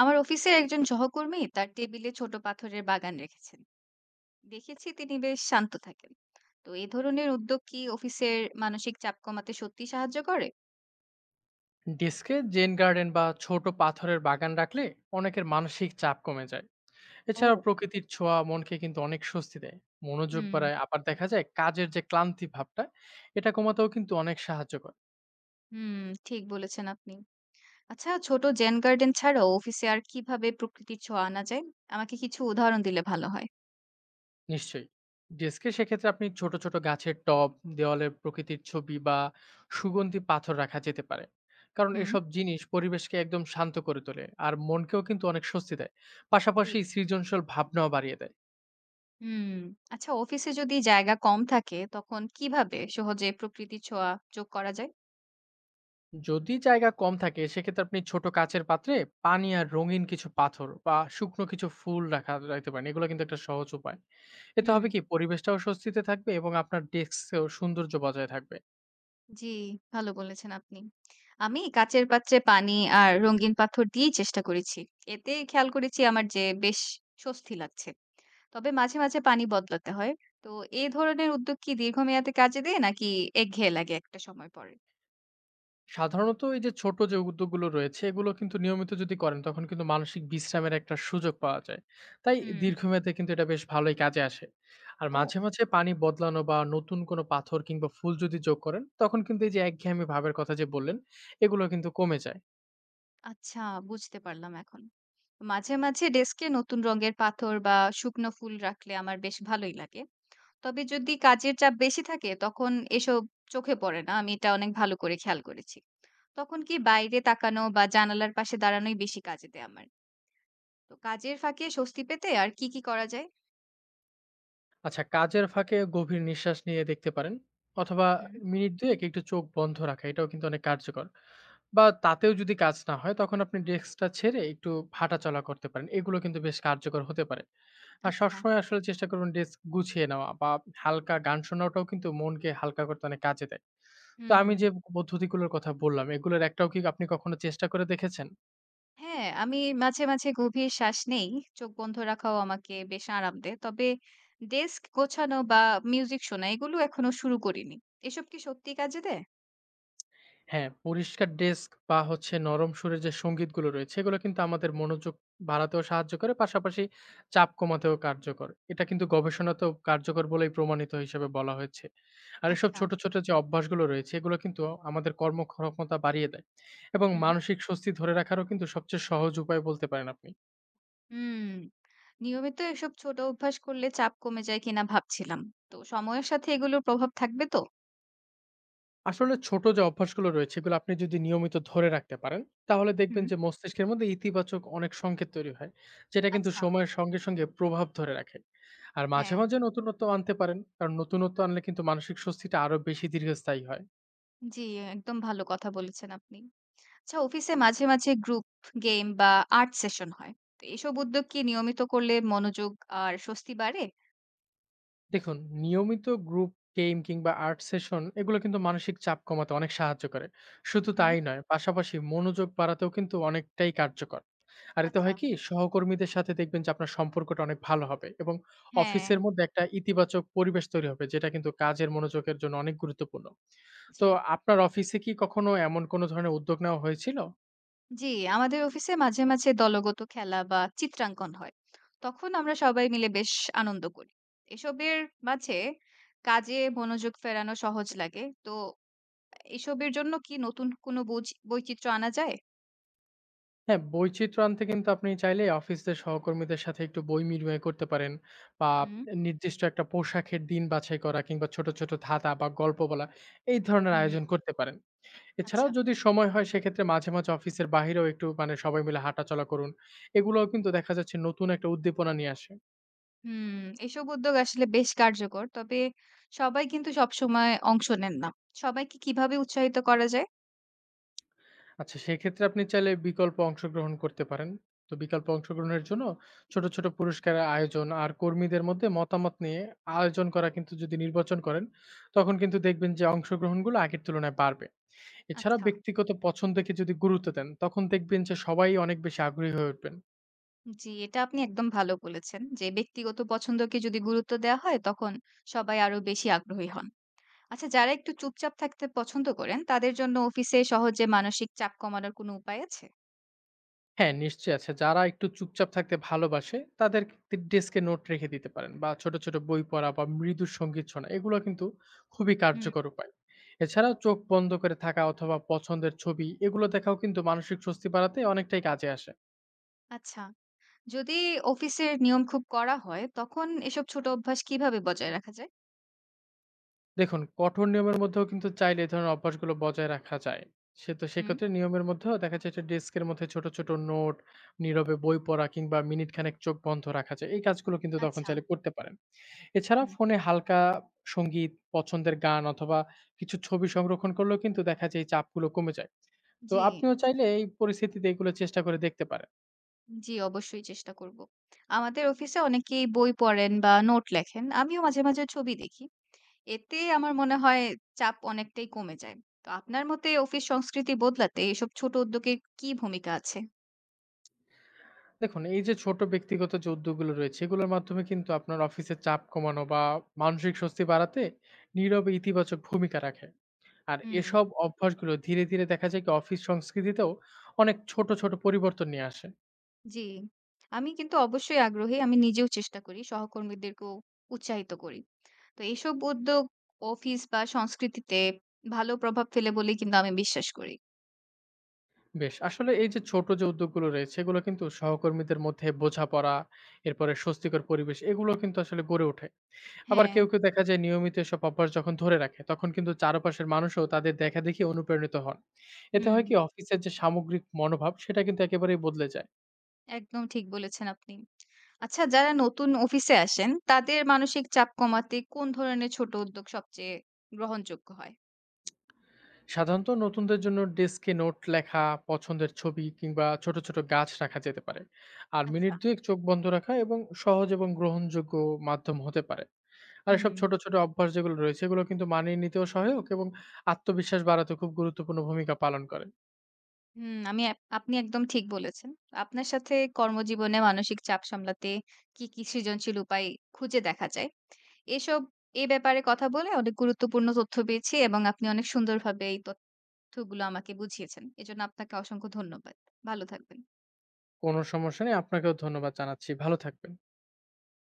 আমার অফিসের একজন সহকর্মী তার টেবিলে ছোট পাথরের বাগান রেখেছেন। দেখেছি তিনি বেশ শান্ত থাকেন। তো এই ধরনের উদ্যোগ কি অফিসের মানসিক চাপ কমাতে সত্যি সাহায্য করে? ডেস্কে জেন গার্ডেন বা ছোট পাথরের বাগান রাখলে অনেকের মানসিক চাপ কমে যায়। ও। এছাড়া প্রকৃতির ছোঁয়া মনকে কিন্তু অনেক স্বস্তি দেয়, মনোযোগ হুম। বাড়ায়। আবার দেখা যায় কাজের যে ক্লান্তি ভাবটা, এটা কমাতেও কিন্তু অনেক সাহায্য করে। হুম। ঠিক বলেছেন আপনি। আচ্ছা, ছোট জেন গার্ডেন ছাড়াও অফিসে আর কিভাবে প্রকৃতির ছোঁয়া আনা যায়? আমাকে কিছু উদাহরণ দিলে ভালো হয়। নিশ্চয়ই, ডেস্কে সেক্ষেত্রে আপনি ছোট ছোট গাছের টব, দেওয়ালে প্রকৃতির ছবি বা সুগন্ধি পাথর রাখা যেতে পারে। কারণ হুম। এসব জিনিস পরিবেশকে একদম শান্ত করে তোলে আর মনকেও কিন্তু অনেক স্বস্তি দেয়, জি। পাশাপাশি সৃজনশীল ভাবনাও বাড়িয়ে দেয়। হুম। আচ্ছা, অফিসে যদি জায়গা কম থাকে তখন কিভাবে সহজে প্রকৃতির ছোঁয়া যোগ করা যায়? যদি জায়গা কম থাকে সেক্ষেত্রে আপনি ছোট কাচের পাত্রে পানি আর রঙিন কিছু পাথর বা শুকনো কিছু ফুল রাখতে পারেন, এগুলো কিন্তু একটা সহজ উপায়। এতে হুম। হবে কি, পরিবেশটাও স্বস্তিতে থাকবে এবং আপনার ডেস্কেও সৌন্দর্য বজায় থাকবে। জি, ভালো বলেছেন আপনি। আমি কাচের পাত্রে পানি আর রঙিন পাথর দিয়েই চেষ্টা করেছি। এতে খেয়াল করেছি আমার যে বেশ স্বস্তি লাগছে। তবে মাঝে, মাঝে পানি বদলাতে হয়। তো এ ধরনের উদ্যোগ কি দীর্ঘমেয়াদে কাজে দেয় নাকি একঘেয়ে লাগে একটা সময় পরে? সাধারণত এই যে ছোট যে উদ্যোগগুলো রয়েছে, এগুলো কিন্তু নিয়মিত যদি করেন তখন কিন্তু মানসিক বিশ্রামের একটা সুযোগ পাওয়া যায়। তাই হুম। দীর্ঘমেয়াদে কিন্তু এটা বেশ ভালোই কাজে আসে। আর ও। মাঝে মাঝে পানি বদলানো বা নতুন কোনো পাথর কিংবা ফুল যদি যোগ করেন, তখন কিন্তু এই যে একঘেয়েমি ভাবের কথা যে বললেন, এগুলো কিন্তু কমে যায়। আচ্ছা, বুঝতে পারলাম এখন। মাঝে, মাঝে ডেস্কে নতুন রঙের পাথর বা শুকনো ফুল রাখলে আমার বেশ ভালোই লাগে। তবে যদি কাজের চাপ বেশি থাকে তখন এসব চোখে পড়ে না। আমি এটা অনেক ভালো করে খেয়াল করেছি। তখন কি বাইরে তাকানো বা জানালার পাশে দাঁড়ানোই বেশি কাজে দেয় আমার। তো কাজের ফাঁকে স্বস্তি পেতে আর কি, কি করা যায়? আচ্ছা, কাজের ফাঁকে গভীর নিঃশ্বাস নিয়ে দেখতে পারেন, অথবা হুম, মিনিট দুয়েক একটু চোখ বন্ধ রাখা, এটাও কিন্তু অনেক কার্যকর। বা তাতেও যদি কাজ না হয় তখন আপনি ডেস্কটা ছেড়ে একটু হাঁটাচলা করতে পারেন, এগুলো কিন্তু বেশ কার্যকর হতে পারে। আর আচ্ছা। সবসময় আসলে চেষ্টা করুন ডেস্ক গুছিয়ে নেওয়া বা হালকা গান শোনাটাও কিন্তু মনকে হালকা করতে অনেক কাজে দেয়। তো আমি হুম। যে পদ্ধতিগুলোর কথা বললাম, এগুলোর একটাও কি আপনি কখনো চেষ্টা করে দেখেছেন? হ্যাঁ, আমি মাঝে, মাঝে গভীর শ্বাস নেই। চোখ বন্ধ রাখাও আমাকে বেশ আরাম দেয়। তবে ডেস্ক গোছানো বা মিউজিক শোনা এগুলো এখনো শুরু করিনি। এসব কি সত্যিই কাজে দেয়? হ্যাঁ, পরিষ্কার ডেস্ক বা হচ্ছে নরম সুরের যে সঙ্গীতগুলো রয়েছে, এগুলো কিন্তু আমাদের মনোযোগ বাড়াতেও সাহায্য করে, পাশাপাশি চাপ কমাতেও কার্যকর। এটা কিন্তু গবেষণাতেও কার্যকর বলেই প্রমাণিত হিসেবে বলা হয়েছে। আর এসব আচ্ছা। ছোট, ছোট যে অভ্যাসগুলো রয়েছে, এগুলো কিন্তু আমাদের কর্মক্ষমতা বাড়িয়ে দেয় এবং হুম। মানসিক স্বস্তি ধরে রাখারও কিন্তু সবচেয়ে সহজ উপায় বলতে পারেন আপনি। হুম, নিয়মিত এসব ছোট অভ্যাস করলে চাপ কমে যায় কিনা ভাবছিলাম। তো সময়ের সাথে এগুলোর প্রভাব থাকবে তো? আসলে ছোট যে অভ্যাসগুলো রয়েছে, এগুলো আপনি যদি নিয়মিত ধরে রাখতে পারেন, তাহলে হুম। দেখবেন যে মস্তিষ্কের মধ্যে ইতিবাচক অনেক সংকেত তৈরি হয়। যেটা কিন্তু আচ্ছা, সময়ের সঙ্গে, সঙ্গে প্রভাব ধরে রাখে। আর মাঝে, হ্যাঁ। মাঝে নতুনত্ব আনতে পারেন। কারণ নতুনত্ব আনলে কিন্তু মানসিক স্বস্তিটা আরো বেশি দীর্ঘস্থায়ী হয়। জি, একদম ভালো কথা বলেছেন আপনি। আচ্ছা, অফিসে মাঝে, মাঝে গ্রুপ গেম বা আর্ট সেশন হয়। তো এসব উদ্যোগ কি নিয়মিত করলে মনোযোগ আর স্বস্তি বাড়ে? দেখুন, নিয়মিত গ্রুপ গেম কিংবা আর্ট সেশন এগুলো কিন্তু মানসিক চাপ কমাতে অনেক সাহায্য করে। শুধু হুম। তাই নয়, পাশাপাশি মনোযোগ বাড়াতেও কিন্তু অনেকটাই কার্যকর। আর এতে আচ্ছা, হয় কি, সহকর্মীদের সাথে দেখবেন যে আপনার সম্পর্কটা অনেক ভালো হবে এবং হ্যাঁ, অফিসের মধ্যে একটা ইতিবাচক পরিবেশ তৈরি হবে, যেটা কিন্তু কাজের মনোযোগের জন্য অনেক গুরুত্বপূর্ণ। জি। তো আপনার অফিসে কি কখনো এমন কোনো ধরনের উদ্যোগ নেওয়া হয়েছিল? জি, আমাদের অফিসে মাঝে, মাঝে দলগত খেলা বা চিত্রাঙ্কন হয়। তখন আমরা সবাই মিলে বেশ আনন্দ করি। এসবের মাঝে কাজে মনোযোগ ফেরানো সহজ লাগে। তো এসবের জন্য কি নতুন কোনো বৈচিত্র্য আনা যায়? হ্যাঁ, বৈচিত্র্য আনতে কিন্তু আপনি চাইলে অফিসের সহকর্মীদের সাথে একটু বই বিনিময় করতে পারেন, বা হুম, নির্দিষ্ট একটা পোশাকের দিন বাছাই করা কিংবা ছোট, ছোট ধাঁধা বা গল্প বলা, এই ধরনের হুম। আয়োজন করতে পারেন। এছাড়াও আচ্ছা। যদি সময় হয় সেক্ষেত্রে মাঝে, মাঝে অফিসের বাহিরেও একটু মানে সবাই মিলে হাঁটাচলা করুন। এগুলোও কিন্তু দেখা যাচ্ছে নতুন একটা উদ্দীপনা নিয়ে আসে। হুম, এসব উদ্যোগ আসলে বেশ কার্যকর। তবে সবাই কিন্তু সবসময় অংশ নেন না। সবাইকে কিভাবে উৎসাহিত করা যায়? আচ্ছা, সেক্ষেত্রে আপনি চাইলে বিকল্প অংশগ্রহণ করতে পারেন। তো বিকল্প অংশগ্রহণের জন্য ছোট, ছোট পুরস্কারের আয়োজন আর কর্মীদের মধ্যে মতামত নিয়ে আয়োজন করা কিন্তু যদি নির্বাচন করেন, তখন কিন্তু দেখবেন যে অংশগ্রহণগুলো আগের তুলনায় বাড়বে। এছাড়া আচ্ছা। ব্যক্তিগত পছন্দকে যদি গুরুত্ব দেন, তখন দেখবেন যে সবাই অনেক বেশি আগ্রহী হয়ে উঠবেন। জি, এটা আপনি একদম ভালো বলেছেন যে ব্যক্তিগত পছন্দকে যদি গুরুত্ব দেওয়া হয় তখন সবাই আরো বেশি আগ্রহী হন। আচ্ছা, যারা একটু চুপচাপ থাকতে পছন্দ করেন তাদের জন্য অফিসে সহজে মানসিক চাপ কমানোর কোনো উপায় আছে? হ্যাঁ, নিশ্চয়ই আছে। যারা একটু চুপচাপ থাকতে ভালোবাসে, তাদের তে ডেস্কে নোট রেখে দিতে পারেন বা ছোট, ছোট বই পড়া বা মৃদু সঙ্গীত শোনা, এগুলো কিন্তু খুবই হুম। কার্যকর উপায়। এছাড়াও চোখ বন্ধ করে থাকা অথবা পছন্দের ছবি এগুলো দেখাও কিন্তু মানসিক স্বস্তি বাড়াতে অনেকটাই কাজে আসে। আচ্ছা, যদি অফিসের নিয়ম খুব কড়া হয় তখন এসব ছোট অভ্যাস কিভাবে বজায় রাখা যায়? দেখুন, কঠোর নিয়মের মধ্যেও কিন্তু চাইলে এই ধরনের অভ্যাসগুলো বজায় রাখা যায়। সে তো হুম। সেক্ষেত্রে নিয়মের মধ্যেও দেখা যায় যে ডেস্কের মধ্যে ছোট ছোট নোট, নীরবে বই পড়া কিংবা মিনিট খানেক চোখ বন্ধ রাখা যায়, এই কাজগুলো কিন্তু তখন আচ্ছা। চাইলে করতে পারেন। এছাড়া হুম। ফোনে হালকা সঙ্গীত, পছন্দের গান অথবা কিছু ছবি সংরক্ষণ করলেও কিন্তু দেখা যায় এই চাপগুলো কমে যায়। তো জি। আপনিও চাইলে এই পরিস্থিতিতে এগুলো চেষ্টা করে দেখতে পারেন। জি, অবশ্যই চেষ্টা করব। আমাদের অফিসে অনেকেই বই পড়েন বা নোট লেখেন, আমিও মাঝে মাঝে ছবি দেখি। এতে আমার মনে হয় চাপ অনেকটাই কমে যায়। তো আপনার মতে অফিস সংস্কৃতি বদলাতে এসব ছোট উদ্যোগের কি ভূমিকা আছে? দেখুন, এই যে ছোট ব্যক্তিগত যে উদ্যোগগুলো রয়েছে, এগুলোর মাধ্যমে কিন্তু আপনার অফিসের চাপ কমানো বা মানসিক স্বস্তি বাড়াতে নীরবে ইতিবাচক ভূমিকা রাখে। আর হুম। এসব অভ্যাসগুলো ধীরে, ধীরে দেখা যায় কি অফিস সংস্কৃতিতেও অনেক ছোট, ছোট পরিবর্তন নিয়ে আসে। জি, আমি কিন্তু অবশ্যই আগ্রহী। আমি নিজেও চেষ্টা করি, সহকর্মীদেরকেও উৎসাহিত করি। তো এইসব উদ্যোগ অফিস বা সংস্কৃতিতে ভালো প্রভাব ফেলে বলেই কিন্তু আমি বিশ্বাস করি। বেশ, আসলে এই যে ছোট যে উদ্যোগগুলো রয়েছে, এগুলো কিন্তু সহকর্মীদের মধ্যে বোঝাপড়া, এরপরে স্বস্তিকর পরিবেশ এগুলো কিন্তু আসলে গড়ে ওঠে। আবার হ্যাঁ। কেউ, কেউ দেখা যায় নিয়মিত এসব অভ্যাস যখন ধরে রাখে, তখন কিন্তু চারপাশের মানুষও তাদের দেখাদেখি অনুপ্রাণিত হন। এতে হুম। হয় কি, অফিসের যে সামগ্রিক মনোভাব সেটা কিন্তু একেবারেই বদলে যায়। একদম ঠিক বলেছেন আপনি। আচ্ছা, যারা নতুন অফিসে আসেন তাদের মানসিক চাপ কমাতে কোন ধরনের ছোট উদ্যোগ সবচেয়ে গ্রহণযোগ্য হয়? সাধারণত নতুনদের জন্য ডেস্কে নোট লেখা, পছন্দের ছবি কিংবা ছোট, ছোট গাছ রাখা যেতে পারে। আর মিনিট আচ্ছা। ২ এক চোখ বন্ধ রাখা এবং সহজ এবং গ্রহণযোগ্য মাধ্যম হতে পারে। আর হুম। এসব ছোট, ছোট অভ্যাস যেগুলো রয়েছে এগুলো কিন্তু মানিয়ে নিতেও সহায়ক এবং আত্মবিশ্বাস বাড়াতে খুব গুরুত্বপূর্ণ ভূমিকা পালন করে। হুম, আমি আপনি একদম ঠিক বলেছেন। আপনার সাথে কর্মজীবনে মানসিক চাপ সামলাতে কি, কি সৃজনশীল উপায় খুঁজে দেখা যায়। এসব এ ব্যাপারে কথা বলে অনেক গুরুত্বপূর্ণ তথ্য পেয়েছি এবং আপনি অনেক সুন্দরভাবে এই তথ্যগুলো আমাকে বুঝিয়েছেন। এজন্য আপনাকে অসংখ্য ধন্যবাদ। ভালো থাকবেন। কোনো সমস্যা নেই। আপনাকেও ধন্যবাদ জানাচ্ছি। ভালো থাকবেন।